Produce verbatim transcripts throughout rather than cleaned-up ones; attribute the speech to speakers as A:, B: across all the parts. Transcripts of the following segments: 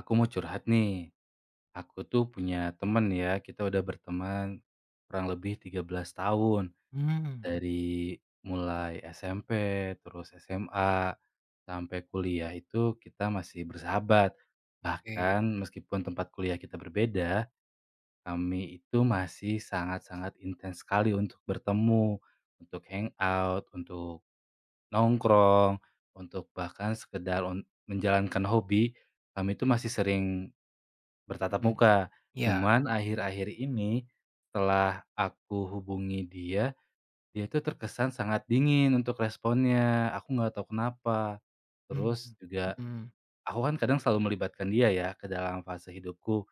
A: Aku mau curhat nih. Aku tuh punya temen ya, kita udah berteman kurang lebih tiga belas tahun.
B: Mmm,
A: Dari mulai S M P, terus S M A, sampai kuliah itu kita masih bersahabat.
B: oke,
A: Bahkan meskipun tempat kuliah kita berbeda, kami itu masih sangat-sangat intens sekali untuk bertemu, untuk hangout, untuk nongkrong, untuk bahkan sekedar un- menjalankan hobi. Kami itu masih sering bertatap
B: mhm,
A: muka.
B: iya,
A: Cuman akhir-akhir ini, setelah aku hubungi dia, dia itu terkesan sangat dingin untuk responnya, aku nggak tahu kenapa.
B: mmm,
A: Terus juga
B: mhm,
A: aku kan kadang selalu melibatkan dia ya ke dalam fase hidupku,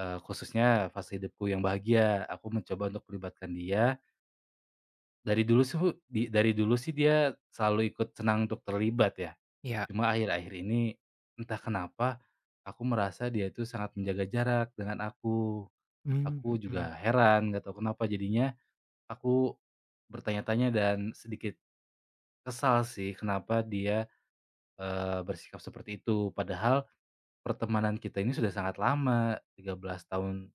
A: eee, khususnya fase hidupku yang bahagia, aku mencoba untuk melibatkan dia. Dari dulu sih, di dari dulu sih dia selalu ikut senang untuk terlibat ya,
B: iya,
A: cuma akhir-akhir ini entah kenapa, aku merasa dia itu sangat menjaga jarak dengan aku.
B: mmm,
A: Aku
B: mhm,
A: juga heran, nggak tahu kenapa jadinya aku bertanya-tanya dan sedikit kesal sih kenapa dia, eee, bersikap seperti itu. Padahal pertemanan kita ini sudah sangat lama, tiga belas tahun.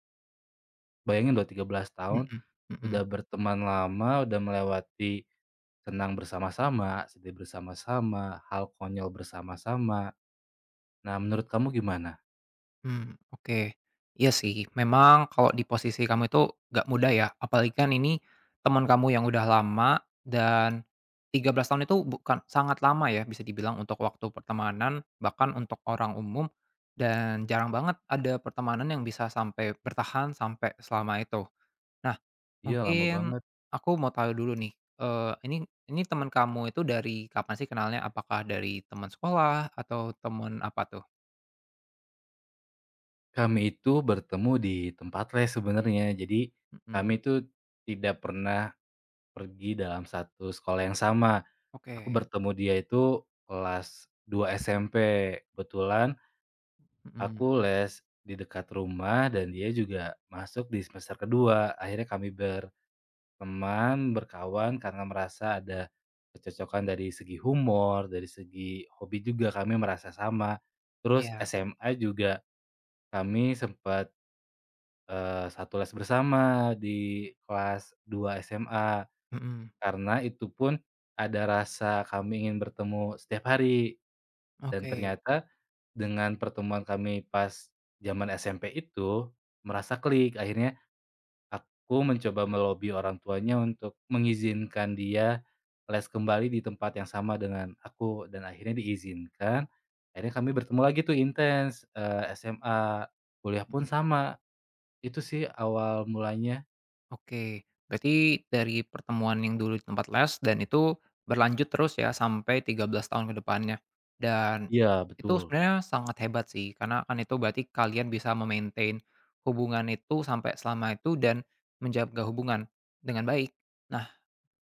A: Bayangin loh, tiga belas tahun
B: mhm, mhm,
A: udah berteman lama, udah melewati senang bersama-sama, sedih bersama-sama, hal konyol bersama-sama. Nah, menurut kamu gimana?
B: mmm, oke. Iya sih, memang kalau di posisi kamu itu nggak mudah ya, apalagi kan ini teman kamu yang udah lama dan tiga belas tahun itu bukan sangat lama ya bisa dibilang untuk waktu pertemanan, bahkan untuk orang umum dan jarang banget ada pertemanan yang bisa sampai bertahan sampai selama itu. Nah,
A: Iya, lama
B: mungkin
A: banget.
B: aku mau tahu dulu nih, eee, ini ini teman kamu itu dari kapan sih kenalnya? Apakah dari teman sekolah atau teman apa tuh?
A: Kami itu bertemu di tempat les sebenarnya. Jadi
B: Mhm.
A: kami itu tidak pernah pergi dalam satu sekolah yang sama. Aku
B: Oke.
A: bertemu dia itu kelas dua S M P. Kebetulan aku
B: Mhm.
A: les di dekat rumah dan dia juga masuk di semester kedua. Akhirnya kami berteman, berkawan karena merasa ada kecocokan dari segi humor, dari segi hobi juga kami merasa sama. Terus
B: Iya.
A: S M A juga kami sempat, eee, satu les bersama di kelas dua S M A.
B: Mhm.
A: Karena itu pun ada rasa kami ingin bertemu setiap hari dan
B: Oke.
A: ternyata dengan pertemuan kami pas zaman S M P itu merasa klik, akhirnya aku mencoba melobi orang tuanya untuk mengizinkan dia les kembali di tempat yang sama dengan aku dan akhirnya diizinkan. Akhirnya kami bertemu lagi tuh intens, eee, S M A, kuliah
B: Mhm.
A: pun sama. Itu sih awal mulanya.
B: Oke, berarti dari pertemuan yang dulu di tempat les dan itu berlanjut terus ya sampai tiga belas tahun ke depannya. Dan
A: Iya
B: itu
A: betul.
B: sebenarnya sangat hebat sih karena kan itu berarti kalian bisa memaintain hubungan itu sampai selama itu dan menjaga hubungan dengan baik. Nah,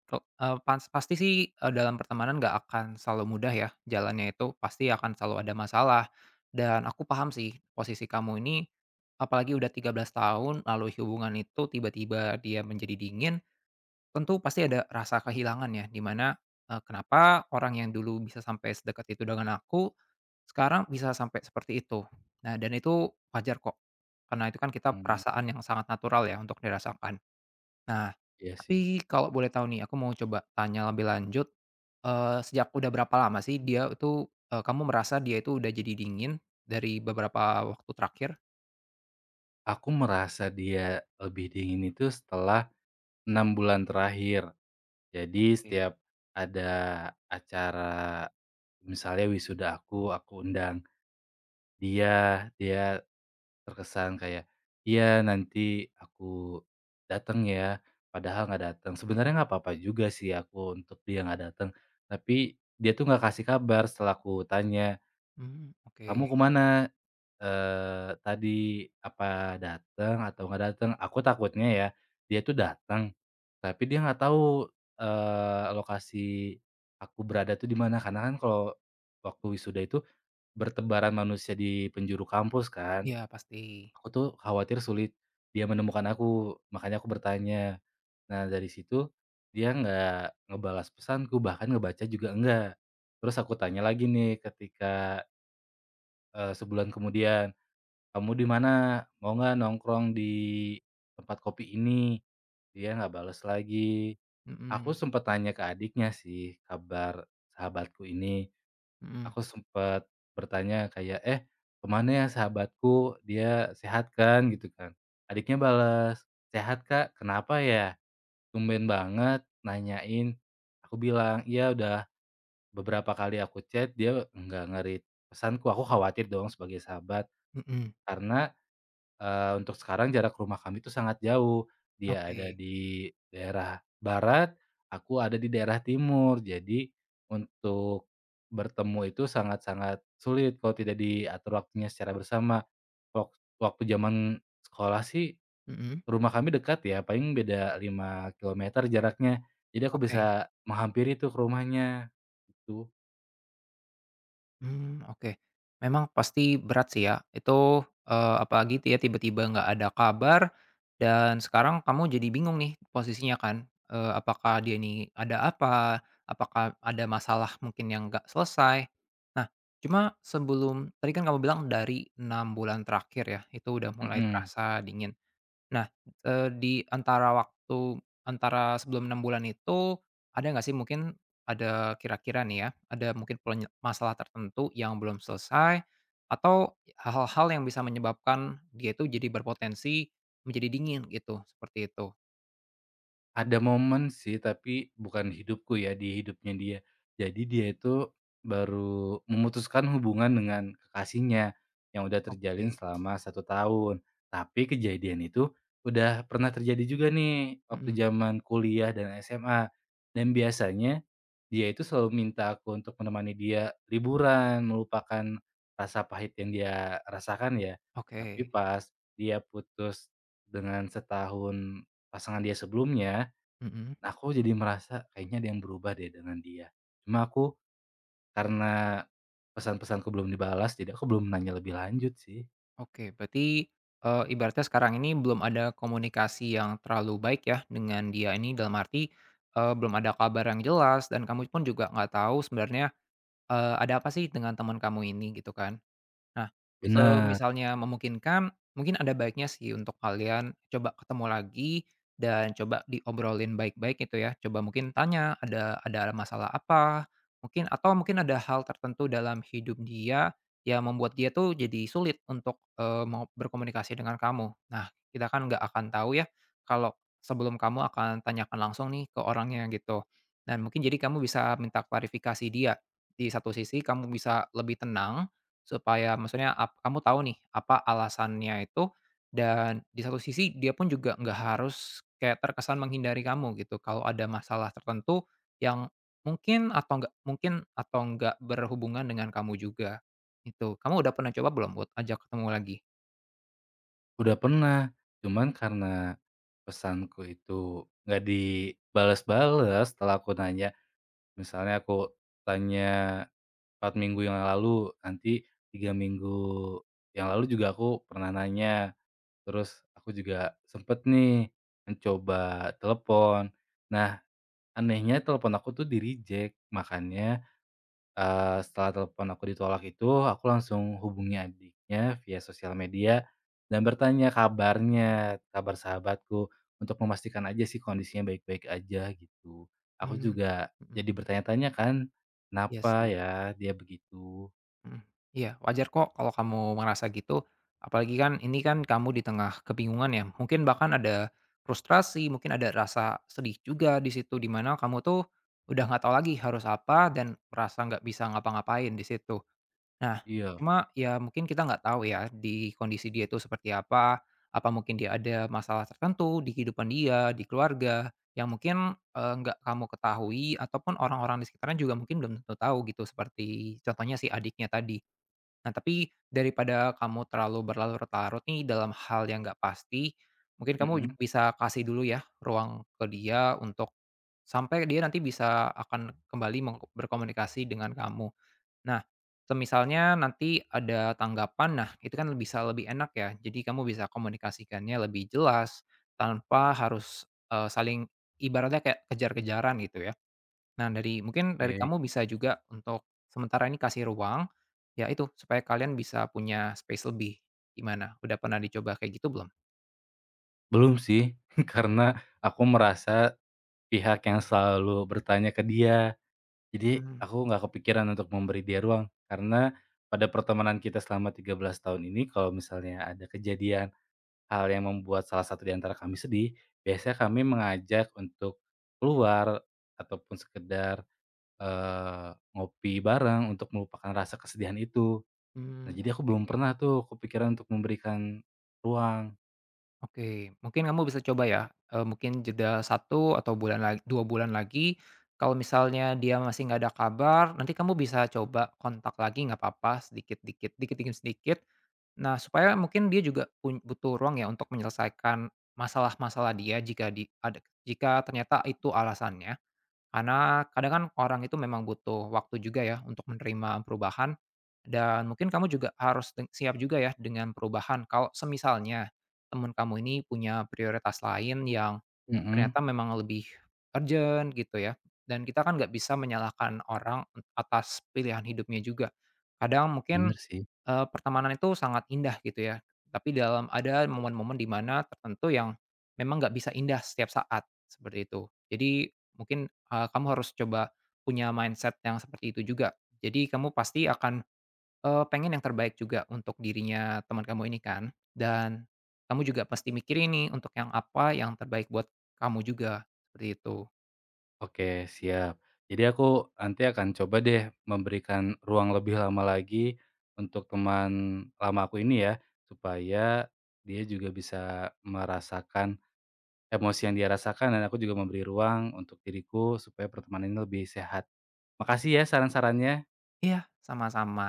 B: kok eee, pas pasti sih, eee, dalam pertemanan nggak akan selalu mudah ya, jalannya itu pasti akan selalu ada masalah, dan aku paham sih posisi kamu ini, apalagi udah tiga belas tahun, lalu hubungan itu tiba-tiba dia menjadi dingin, tentu pasti ada rasa kehilangan ya, dimana mana, kenapa orang yang dulu bisa sampai sedekat itu dengan aku, sekarang bisa sampai seperti itu. Nah, dan itu wajar kok, karena itu kan kita
A: Mhm,
B: perasaan yang sangat natural ya untuk dirasakan. Nah,
A: iya sih.
B: tapi kalau boleh tahu nih, aku mau coba tanya lebih lanjut, eee, sejak udah berapa lama sih dia itu, eee, kamu merasa dia itu udah jadi dingin dari beberapa waktu terakhir?
A: Aku merasa dia lebih dingin itu setelah enam bulan terakhir. Jadi
B: Oke,
A: setiap ada acara misalnya wisuda aku, aku undang dia, dia terkesan kayak, "Iya nanti aku datang ya," padahal nggak datang. Sebenarnya nggak apa-apa juga sih aku untuk dia nggak datang. Tapi dia tuh nggak kasih kabar setelah aku tanya,
B: mmm,
A: "Kamu ke
B: oke.
A: mana?" Eee, tadi, apa datang atau nggak datang aku takutnya ya, dia tuh datang tapi dia nggak tahu, eee, lokasi aku berada tuh di mana, karena kan kalau waktu wisuda itu bertebaran manusia di penjuru kampus kan.
B: Iya pasti,
A: Aku tuh khawatir sulit dia menemukan aku, makanya aku bertanya. Nah, dari situ dia nggak ngebalas pesanku, bahkan ngebaca juga enggak. Terus aku tanya lagi nih ketika, eee, sebulan kemudian. "Kamu di mana? Mau nggak nongkrong di tempat kopi ini?" Dia nggak bales lagi. Aku
B: mhm,
A: sempet tanya ke adiknya sih, kabar sahabatku ini.
B: mhm,
A: Aku sempet bertanya kayak, "Eh, kemana ya sahabatku? Dia sehat kan?" Gitu kan. Adiknya balas, "Sehat, Kak. Kenapa ya? Tumben banget nanyain." Aku bilang, "Iya, udah beberapa kali aku chat, dia nggak ngerit pesanku." Aku khawatir dong sebagai sahabat,
B: mhm,
A: karena Eee, untuk sekarang jarak rumah kami itu sangat jauh. Dia ada
B: oke,
A: di daerah barat, aku ada di daerah timur. Jadi untuk bertemu itu sangat-sangat sulit kalau tidak diatur waktunya secara bersama. Wak waktu zaman sekolah sih
B: mhm,
A: rumah kami dekat ya, paling beda lima kilometer jaraknya. Jadi aku
B: oke.
A: bisa menghampiri tuh ke rumahnya, gitu.
B: Mmm, oke. Memang pasti berat sih ya. Itu, eee, apalagi ti ya tiba-tiba nggak ada kabar dan sekarang kamu jadi bingung nih posisinya kan, eee, apakah dia ini ada apa, apakah ada masalah mungkin yang nggak selesai. Nah, cuma sebelum tadi kan kamu bilang dari enam bulan terakhir ya, itu udah mulai
A: Mhm.
B: terasa dingin. Nah, eee, di antara waktu antara sebelum enam bulan itu, ada nggak sih mungkin ada kira-kira nih ya, ada mungkin penye masalah tertentu yang belum selesai, atau hal-hal yang bisa menyebabkan dia itu jadi berpotensi menjadi dingin gitu, seperti itu?
A: Ada momen sih, tapi bukan di hidupku ya, di hidupnya dia. Jadi dia itu baru memutuskan hubungan dengan kekasihnya yang udah terjalin
B: Oke.
A: selama satu tahun. Tapi kejadian itu udah pernah terjadi juga nih waktu
B: Mhm.
A: zaman kuliah dan S M A. Dan biasanya dia itu selalu minta aku untuk menemani dia liburan, melupakan rasa pahit yang dia rasakan ya.
B: Oke.
A: Tapi pas dia putus dengan setahun pasangan dia sebelumnya.
B: Mhm.
A: Nah, aku jadi merasa kayaknya ada yang berubah deh dengan dia. Cuma aku karena pesan-pesanku belum dibalas, jadi aku belum nanya lebih lanjut sih.
B: Oke, berarti Eee, ibaratnya sekarang ini belum ada komunikasi yang terlalu baik ya dengan dia ini, dalam arti, eee, belum ada kabar yang jelas dan kamu pun juga nggak tahu sebenarnya Eee, ada apa sih dengan teman kamu ini gitu kan? Nah,
A: Bener,
B: semisalnya memungkinkan, mungkin ada baiknya sih untuk kalian coba ketemu lagi dan coba diobrolin baik-baik gitu ya. Coba mungkin tanya ada ada masalah apa, mungkin atau mungkin ada hal tertentu dalam hidup dia yang membuat dia tuh jadi sulit untuk, eee, mau berkomunikasi dengan kamu. Nah, kita kan nggak akan tahu ya kalau sebelum kamu akan tanyakan langsung nih ke orangnya gitu. Dan mungkin jadi kamu bisa minta klarifikasi dia. Di satu sisi kamu bisa lebih tenang. Supaya maksudnya ap kamu tahu nih apa alasannya itu, dan di satu sisi dia pun juga nggak harus kayak terkesan menghindari kamu gitu kalau ada masalah tertentu yang mungkin atau nggak mungkin atau nggak berhubungan dengan kamu juga, itu. Kamu udah pernah coba belum buat ajak ketemu lagi?
A: udah pernah. Cuman karena pesanku itu nggak dibalas-balas, setelah aku nanya. Misalnya aku tanya empat minggu yang lalu, nanti tiga minggu yang lalu juga aku pernah nanya. Terus aku juga sempet nih mencoba telepon. Nah, anehnya telepon aku tuh di-reject, makanya, eee, setelah telepon aku ditolak itu, aku langsung hubungi adiknya via sosial media dan bertanya kabarnya, kabar sahabatku, untuk memastikan aja sih kondisinya baik-baik aja gitu. Aku
B: Hmm, mhm.
A: juga
B: Mhm,
A: jadi bertanya-tanya kan,
B: iya
A: kenapa
B: sih.
A: ya dia begitu?
B: Mhm, iya, wajar kok kalau kamu merasa gitu, apalagi kan ini kan kamu di tengah kebingungan ya, mungkin bahkan ada frustrasi, mungkin ada rasa sedih juga di situ, di mana kamu tuh udah nggak tahu lagi harus apa dan merasa nggak bisa ngapa-ngapain di situ. Nah,
A: Iya,
B: cuma ya mungkin kita nggak tahu ya di kondisi dia itu seperti apa, apa mungkin dia ada masalah tertentu di kehidupan dia, di keluarga, yang mungkin, eee, nggak kamu ketahui ataupun orang-orang di sekitarnya juga mungkin belum tentu tahu gitu, seperti contohnya si adiknya tadi. Nah, tapi daripada kamu terlalu berlarut-larut nih dalam hal yang nggak pasti, mungkin kamu ju
A: mhm,
B: bisa kasih dulu ya ruang ke dia untuk sampai dia nanti bisa akan kembali meng berkomunikasi dengan kamu. Nah, semisalnya nanti ada tanggapan, nah itu kan bisa lebih enak ya. Jadi kamu bisa komunikasikannya lebih jelas tanpa harus, eee, saling ibaratnya kayak kejar-kejaran gitu ya. Nah, dari mungkin dari
A: oke.
B: kamu bisa juga untuk sementara ini kasih ruang, ya itu, supaya kalian bisa punya space lebih. Gimana? Udah pernah dicoba kayak gitu belum?
A: Belum sih, karena aku merasa pihak yang selalu bertanya ke dia. Jadi,
B: Mmm,
A: aku nggak kepikiran untuk memberi dia ruang, karena pada pertemanan kita selama tiga belas tahun ini kalau misalnya ada kejadian hal yang membuat salah satu di antara kami sedih, biasanya kami mengajak untuk keluar ataupun sekedar, eee, ngopi bareng untuk melupakan rasa kesedihan itu. Nah,
B: mmm.
A: jadi aku belum pernah tuh kepikiran untuk memberikan ruang.
B: Oke, mungkin kamu bisa coba ya, eee, mungkin jeda satu atau bulan lag dua bulan lagi, kalau misalnya dia masih nggak ada kabar, nanti kamu bisa coba kontak lagi nggak papa, sedikit-dikit, dikit demi sedikit. Nah, supaya mungkin dia juga pun butuh ruang ya untuk menyelesaikan masalah-masalah dia jika di ada jika ternyata itu alasannya. Karena kadang kan orang itu memang butuh waktu juga ya untuk menerima perubahan, dan mungkin kamu juga harus deng siap juga ya dengan perubahan kalau semisalnya teman kamu ini punya prioritas lain yang
A: Mmm, mhm.
B: ternyata memang lebih urgent gitu ya, dan kita kan nggak bisa menyalahkan orang atas pilihan hidupnya juga. Kadang mungkin
A: Bener sih.
B: Eee, pertemanan itu sangat indah gitu ya, tapi dalam ada momen-momen di mana tertentu yang memang nggak bisa indah setiap saat, seperti itu. Jadi mungkin, eee, kamu harus coba punya mindset yang seperti itu juga. Jadi kamu pasti akan, eee, pengen yang terbaik juga untuk dirinya teman kamu ini kan, dan kamu juga pasti mikirin nih untuk yang apa yang terbaik buat kamu juga, seperti itu.
A: Oke, siap. Jadi aku nanti akan coba deh memberikan ruang lebih lama lagi untuk teman lama aku ini ya, supaya dia juga bisa merasakan emosi yang dia rasakan dan aku juga memberi ruang untuk diriku supaya pertemanan ini lebih sehat. Makasih ya saran-sarannya.
B: Iya, sama-sama.